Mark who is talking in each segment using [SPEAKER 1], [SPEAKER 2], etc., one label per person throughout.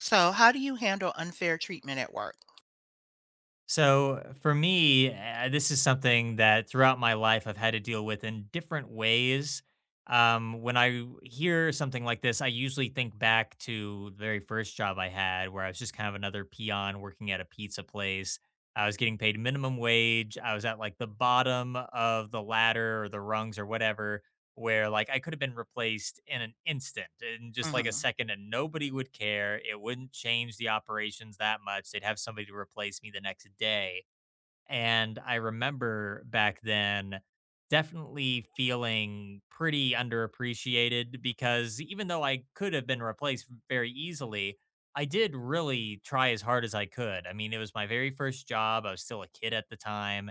[SPEAKER 1] So, how do you handle unfair treatment at work?
[SPEAKER 2] So for me, this is something that throughout my life I've had to deal with in different ways. When I hear something like this, I usually think back to the very first job I had, where I was just kind of another peon working at a pizza place. I was getting paid minimum wage. I was at like the bottom of the ladder or the rungs or whatever where like I could have been replaced in an instant, in just like a
[SPEAKER 1] Mhm.
[SPEAKER 2] second, and nobody would care. It wouldn't change the operations that much. They'd have somebody to replace me the next day, and I remember back then definitely feeling pretty underappreciated because even though I could have been replaced very easily, I did really try as hard as I could. I mean, it was my very first job. I was still a kid at the time.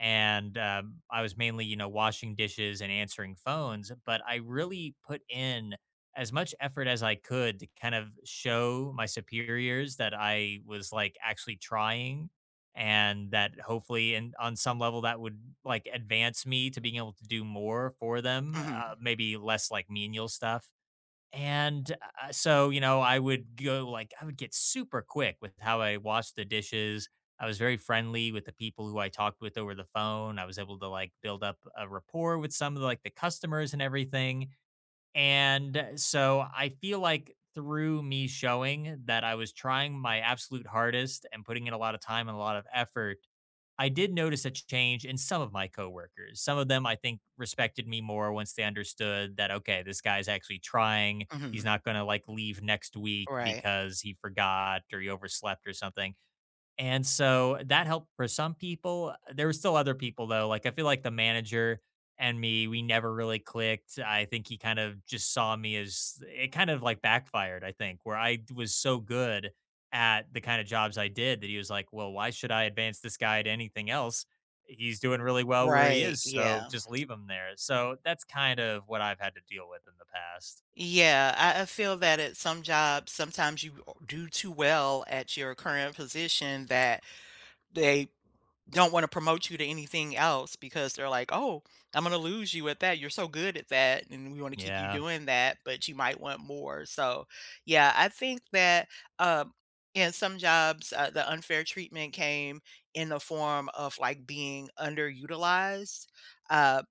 [SPEAKER 2] And I was mainly, you know, washing dishes and answering phones. But I really put in as much effort as I could to kind of show my superiors that I was like actually trying, and that hopefully and on some level that would like advance me to being able to do more for them,
[SPEAKER 1] Mhm.
[SPEAKER 2] maybe less like menial stuff. And so you know I would go like I would get super quick with how I washed the dishes. I was very friendly with the people who I talked with over the phone. I was able to like build up a rapport with some of the, like the customers and everything. And so I feel like through me showing that I was trying my absolute hardest and putting in a lot of time and a lot of effort, I did notice a change in some of my coworkers. Some of them, I think, respected me more once they understood that, okay, this guy's actually trying. He's
[SPEAKER 1] Mhm.
[SPEAKER 2] not going to like leave next week
[SPEAKER 1] Right.
[SPEAKER 2] because he forgot or he overslept or something. And so that helped for some people. There were still other people though. Like I feel like the manager and me, we never really clicked. I think he kind of just saw me as, it kind of like backfired, I think, where was so good at the kind of jobs I did that he was like, well, why should I advance this guy to anything else? He's doing really well where he
[SPEAKER 1] Right.
[SPEAKER 2] is. So
[SPEAKER 1] Yeah.
[SPEAKER 2] just leave him there. So that's kind of what I've had to deal with in the past.
[SPEAKER 1] Yeah. I feel that at some jobs, sometimes you do too well at your current position that they don't want to promote you to anything else because they're like, "Oh, I'm gonna lose you at that. You're so good at that, and we want to keep you
[SPEAKER 2] Yeah,
[SPEAKER 1] doing that, but you might want more." So, yeah, I think that um, in some jobs, the unfair treatment came in the form of like being underutilized. Uh,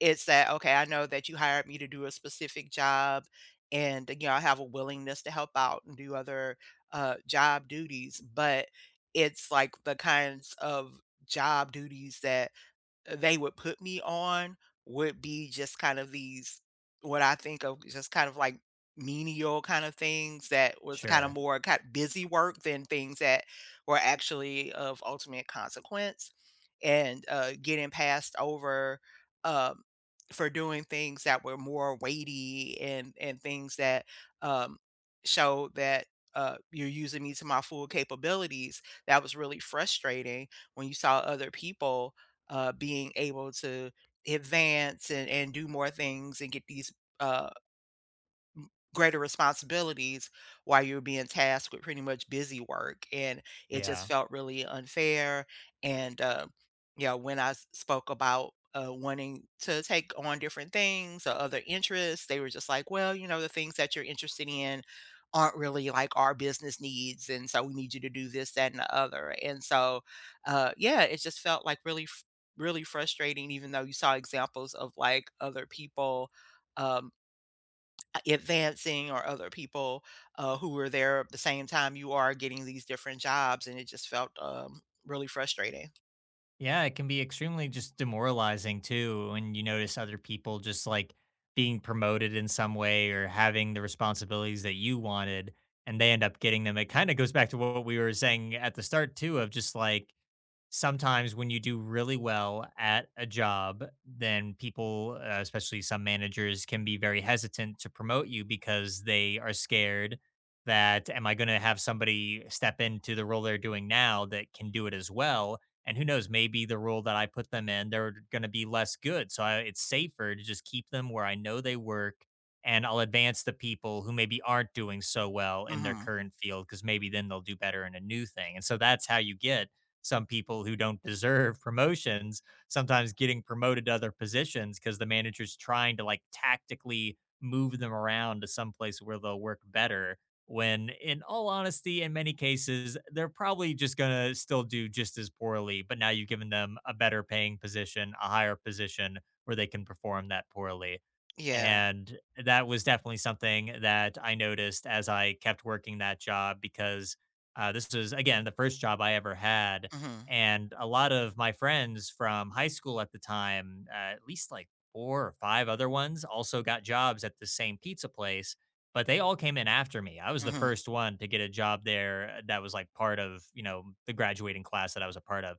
[SPEAKER 1] it's that, okay, I know that you hired me to do a specific job and, you know, I have a willingness to help out and do other job duties, but it's like the kinds of job duties that they would put me on would be just kind of these what I think of just kind of like menial kind of things that was kind of
[SPEAKER 2] sure.
[SPEAKER 1] more kind of busy work than things that were actually of ultimate consequence and getting passed over um, for doing things that were more weighty and things that um, show that you're using me to my full capabilities. That was really frustrating when you saw other people being able to advance and do more things and get these uh, greater responsibilities while you're being tasked with pretty much busy work. And it just
[SPEAKER 2] Yeah.
[SPEAKER 1] felt really unfair. And, you know, when I spoke about wanting to take on different things or other interests, they were just like, well, you know, the things that you're interested in aren't really like our business needs. And so we need you to do this, that, and the other. And so, yeah, it just felt like really, really frustrating, even though you saw examples of like other people. Um, Advancing or other people who were there at the same time you are getting these different jobs and it just felt really frustrating.
[SPEAKER 2] Yeah, it can be extremely just demoralizing too when you notice other people just like being promoted in some way or having the responsibilities that you wanted and they end up getting them. It kind of goes back to what we were saying at the start too of just like sometimes when you do really well at a job, then people, especially some managers, can be very hesitant to promote you because they are scared that, am I going to have somebody step into the role they're doing now that can do it as well? And who knows, maybe the role that I put them in, they're going to be less good. So I, it's safer to just keep them where I know they work. And I'll advance the people who maybe aren't doing so well in their
[SPEAKER 1] Mhm.
[SPEAKER 2] current field because maybe then they'll do better in a new thing. And so that's how you get some people who don't deserve promotions sometimes getting promoted to other positions because the manager's trying to like tactically move them around to someplace where they'll work better. When, in all honesty, in many cases, they're probably just going to still do just as poorly, but now you've given them a better paying position, a higher position where they can perform that poorly.
[SPEAKER 1] Yeah.
[SPEAKER 2] And that was definitely something that I noticed as I kept working that job because this was, again, the first job I ever had,
[SPEAKER 1] Mhm.
[SPEAKER 2] and a lot of my friends from high school at the time, at least like 4 or 5 other ones, also got jobs at the same pizza place, but they all came in after me. I was the
[SPEAKER 1] Mhm.
[SPEAKER 2] first one to get a job there that was like part of, you know, the graduating class that I was a part of.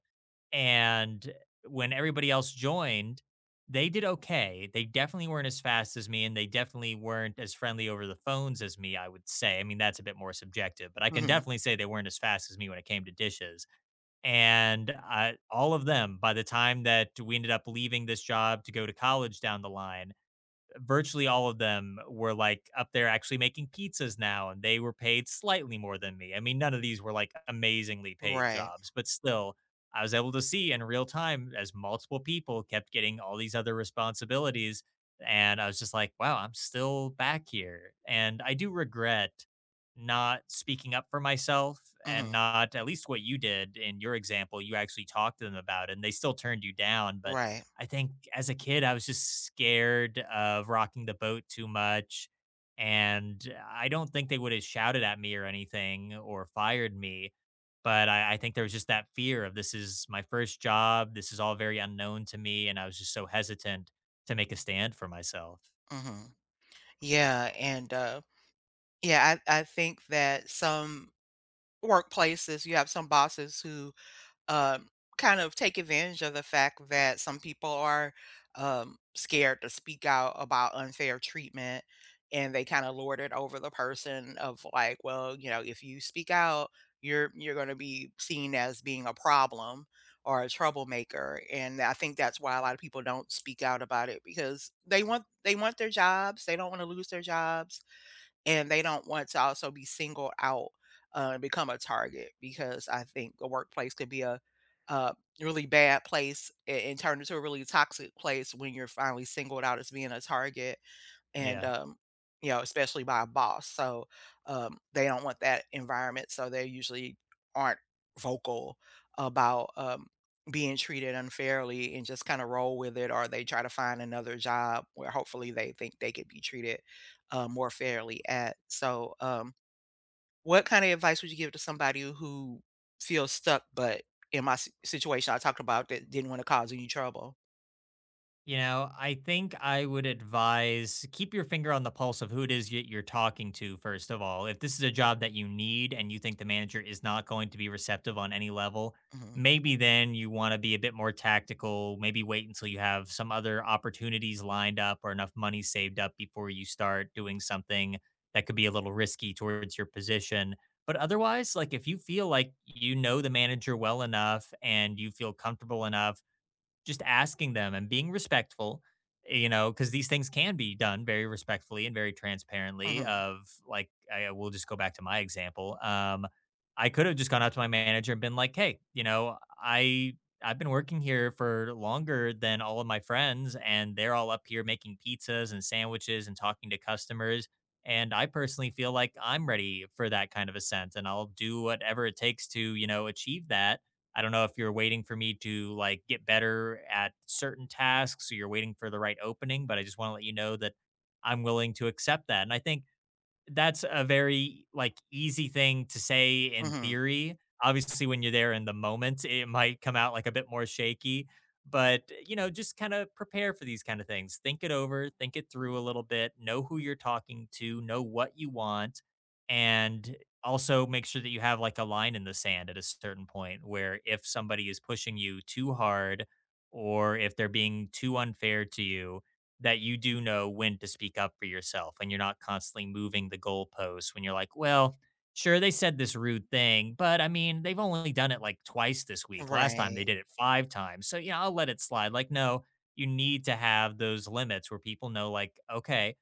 [SPEAKER 2] And when everybody else joined, they did okay. They definitely weren't as fast as me, and they definitely weren't as friendly over the phones as me, I would say. I mean, that's a bit more subjective, but I can
[SPEAKER 1] Mhm.
[SPEAKER 2] definitely say they weren't as fast as me when it came to dishes, and, all of them, by the time that we ended up leaving this job to go to college down the line, virtually all of them were like up there actually making pizzas now and they were paid slightly more than me. I mean, none of these were like amazingly paid
[SPEAKER 1] Right.
[SPEAKER 2] jobs, but still I was able to see in real time as multiple people kept getting all these other responsibilities and I was just like, wow, I'm still back here. And I do regret not speaking up for myself and
[SPEAKER 1] Mhm.
[SPEAKER 2] not at least what you did in your example, you actually talked to them about it and they still turned you down, but
[SPEAKER 1] Right.
[SPEAKER 2] I think as a kid, I was just scared of rocking the boat too much. And I don't think they would have shouted at me or anything or fired me. But I think there was just that fear of, this is my first job. This is all very unknown to me. And I was just so hesitant to make a stand for myself.
[SPEAKER 1] Mhm. Yeah, and I think that some workplaces, you have some bosses who um, kind of take advantage of the fact that some people are scared to speak out about unfair treatment and they kind of lord it over the person of like, well, you know, if you speak out, you're going to be seen as being a problem or a troublemaker. And I think that's why a lot of people don't speak out about it because they want their jobs, they don't want to lose their jobs, and they don't want to also be singled out, and become a target because I think the workplace could be a, uh, really bad place a and turn into a really toxic place when you're finally singled out as being a target and,
[SPEAKER 2] Yeah.
[SPEAKER 1] you know, especially by a boss. So, they don't want that environment, so they usually aren't vocal about, being treated unfairly and just kinda roll with it, or they try to find another job where hopefully they think they could be treated, more fairly at. So, what kinda advice would you give to somebody who feels stuck, but in my si situation I talked about that didn't wanna cause any trouble?
[SPEAKER 2] You know, I think I would advise keep your finger on the pulse of who it is that you're talking to, first of all. If this is a job that you need and you think the manager is not going to be receptive on any level,
[SPEAKER 1] Mhm.
[SPEAKER 2] maybe then you want to be a bit more tactical. Maybe wait until you have some other opportunities lined up or enough money saved up before you start doing something that could be a little risky towards your position. But otherwise, like if you feel like you know the manager well enough and you feel comfortable enough, just asking them and being respectful, you know, because these things can be done very respectfully and very transparently.
[SPEAKER 1] Mhm.
[SPEAKER 2] Of like, I will just go back to my example. I could have just gone out to my manager and been like, "Hey, you know, I've been working here for longer than all of my friends, and they're all up here making pizzas and sandwiches and talking to customers. And I personally feel like I'm ready for that kind of ascent, and I'll do whatever it takes to, you know, achieve that. I don't know if you're waiting for me to like get better at certain tasks or you're waiting for the right opening, but I just want to let you know that I'm willing to accept that." And I think that's a very, like, easy thing to say in
[SPEAKER 1] Mhm.
[SPEAKER 2] theory. Obviously, when you're there in the moment, it might come out, like, a bit more shaky, but, you know, just kinda prepare for these kinda things. Think it over, think it through a little bit, know who you're talking to, know what you want, and also make sure that you have, like, a line in the sand at a certain point where if somebody is pushing you too hard or if they're being too unfair to you, that you do know when to speak up for yourself and you're not constantly moving the goalposts when you're like, well, sure, they said this rude thing, but I mean, they've only done it like twice this week. Last time they
[SPEAKER 1] Right.
[SPEAKER 2] did it 5 times. So, yeah, I'll let it slide. Like, no, you need to have those limits where people know, like, okay,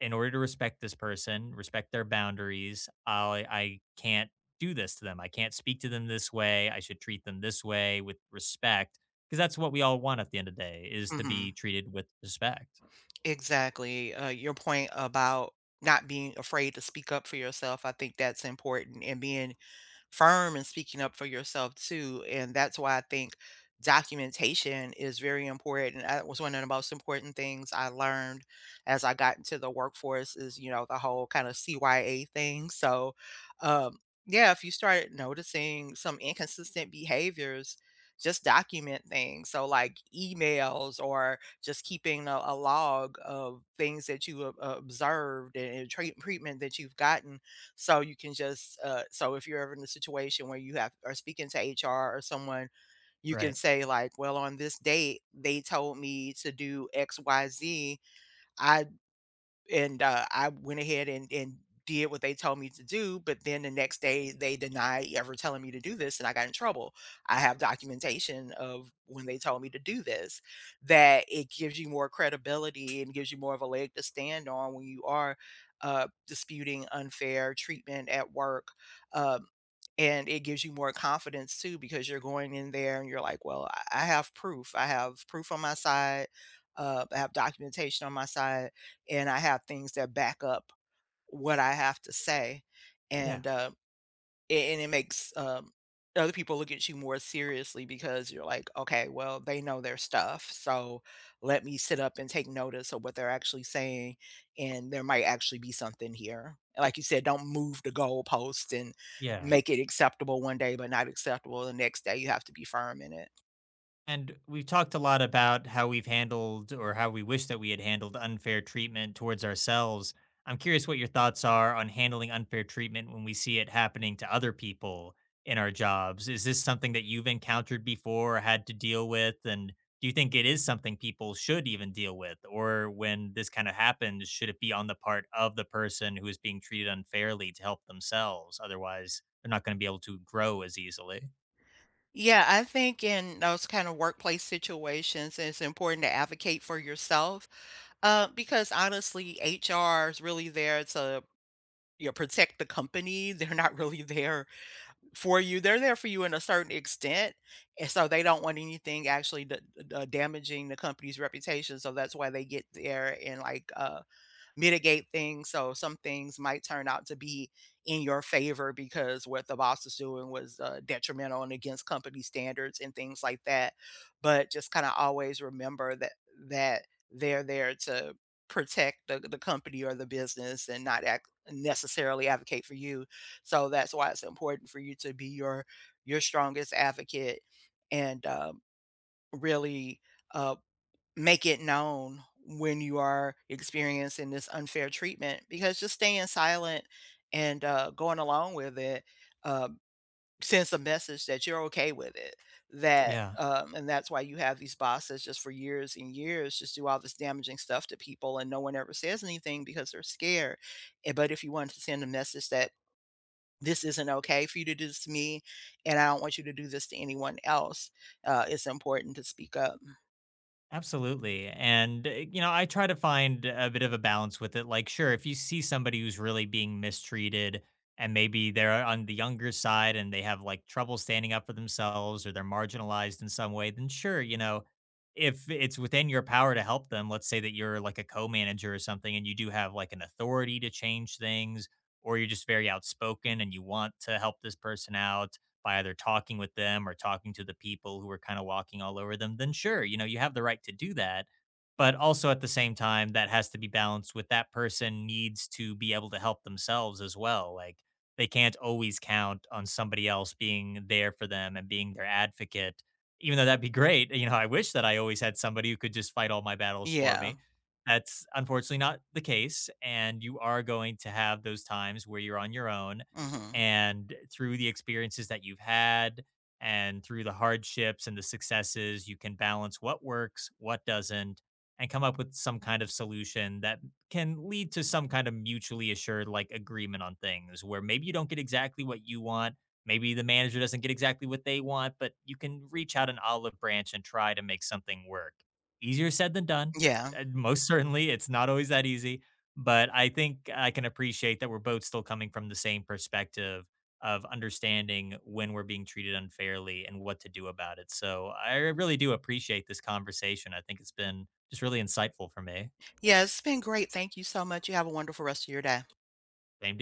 [SPEAKER 2] in order to respect this person, respect their boundaries, I can't do this to them. I can't speak to them this way. I should treat them this way with respect because that's what we all want at the end of the day is to be
[SPEAKER 1] Mhm.
[SPEAKER 2] treated with respect.
[SPEAKER 1] Exactly. Your point about not being afraid to speak up for yourself, I think that's important, and being firm and speaking up for yourself too. And that's why I think documentation is very important. That was one of the most important things I learned as I got into the workforce is, you know, the whole kind of CYA thing. So, um, yeah, if you start noticing some inconsistent behaviors, just document things. So, like emails or just keeping a log of things that you observed and, treatment that you've gotten, so you can just so if you're ever in a situation where you have are speaking to HR or someone, you can
[SPEAKER 2] Right.
[SPEAKER 1] say like, well, on this date they told me to do X, Y, Z. I And, I went ahead and did what they told me to do, but then the next day, they denied ever telling me to do this, and I got in trouble. I have documentation of when they told me to do this, that it gives you more credibility and gives you more of a leg to stand on when you are, disputing unfair treatment at work, um, and it gives you more confidence too because you're going in there and you're like, "Well, I have proof. I have proof on my side, I have documentation on my side," and I have things that back up what I have to say,
[SPEAKER 2] Yeah.
[SPEAKER 1] and, a and it makes, other people look at you more seriously because you're like, "Okay, well, they know their stuff, so let me sit up and take notice of what they're actually saying, and there might actually be something here." Like you said, don't move the goalpost and
[SPEAKER 2] Yeah.
[SPEAKER 1] make it acceptable one day, but not acceptable the next day. You have to be firm in it.
[SPEAKER 2] And we've talked a lot about how we've handled or how we wish that we had handled unfair treatment towards ourselves. I'm curious what your thoughts are on handling unfair treatment when we see it happening to other people in our jobs. Is this something that you've encountered before or had to deal with? And do you think it is something people should even deal with? Or when this kind of happens, should it be on the part of the person who is being treated unfairly to help themselves? Otherwise, they're not going to be able to grow as easily.
[SPEAKER 1] Yeah, I think in those kind of workplace situations, it's important to advocate for yourself, because honestly, HR is really there to, you know, protect the company. They're not really there for you. They're there for you in a certain extent, and so they don't want anything actually damaging the company's reputation. So that's why they get there and like mitigate things. So some things might turn out to be in your favor because what the boss is doing was detrimental and against company standards and things like that. But just kind of always remember that that they're there to protect the company or the business and not act necessarily advocate for you. So that's why it's important for you to be your strongest advocate and really uh, make it known when you are experiencing this unfair treatment, because just staying silent and going along with it uh, sends a message that you're okay with it. That
[SPEAKER 2] Yeah.
[SPEAKER 1] and that's why you have these bosses just for years and years just do all this damaging stuff to people and no one ever says anything because they're scared. But if you wanted to send a message that this isn't okay for you to do this to me, and I don't want you to do this to anyone else. It's important to speak up.
[SPEAKER 2] Absolutely. And, you know, I try to find a bit of a balance with it. Like, sure, if you see somebody who's really being mistreated and maybe they're on the younger side and they have like trouble standing up for themselves or they're marginalized in some way, then sure, you know, if it's within your power to help them, let's say that you're like a co manager or something and you do have like an authority to change things, or you're just very outspoken and you want to help this person out by either talking with them or talking to the people who were kind of walking all over them, then sure, you know, you have the right to do that. But also at the same time, that has to be balanced with that person needs to be able to help themselves as well. Like they can't always count on somebody else being there for them and being their advocate, even though that'd be great. You know, I wish that I always had somebody who could just fight all my battles for
[SPEAKER 1] Yeah.
[SPEAKER 2] me. That's unfortunately not the case. And you are going to have those times where you're on your own
[SPEAKER 1] Hmm.
[SPEAKER 2] and through the experiences that you've had and through the hardships and the successes, you can balance what works, what doesn't, and come up with some kind of solution that can lead to some kind of mutually assured like agreement on things where maybe you don't get exactly what you want, maybe the manager doesn't get exactly what they want, but you can reach out an olive branch and try to make something work. Easier said than done,
[SPEAKER 1] Yeah.
[SPEAKER 2] most certainly it's not always that easy, but I think I can appreciate that we're both still coming from the same perspective of understanding when we're being treated unfairly and what to do about it. So I really do appreciate this conversation. I think it's been just really insightful for me.
[SPEAKER 1] Yeah, it's been great. Thank you so much. You have a wonderful rest of your day.
[SPEAKER 2] Same to you.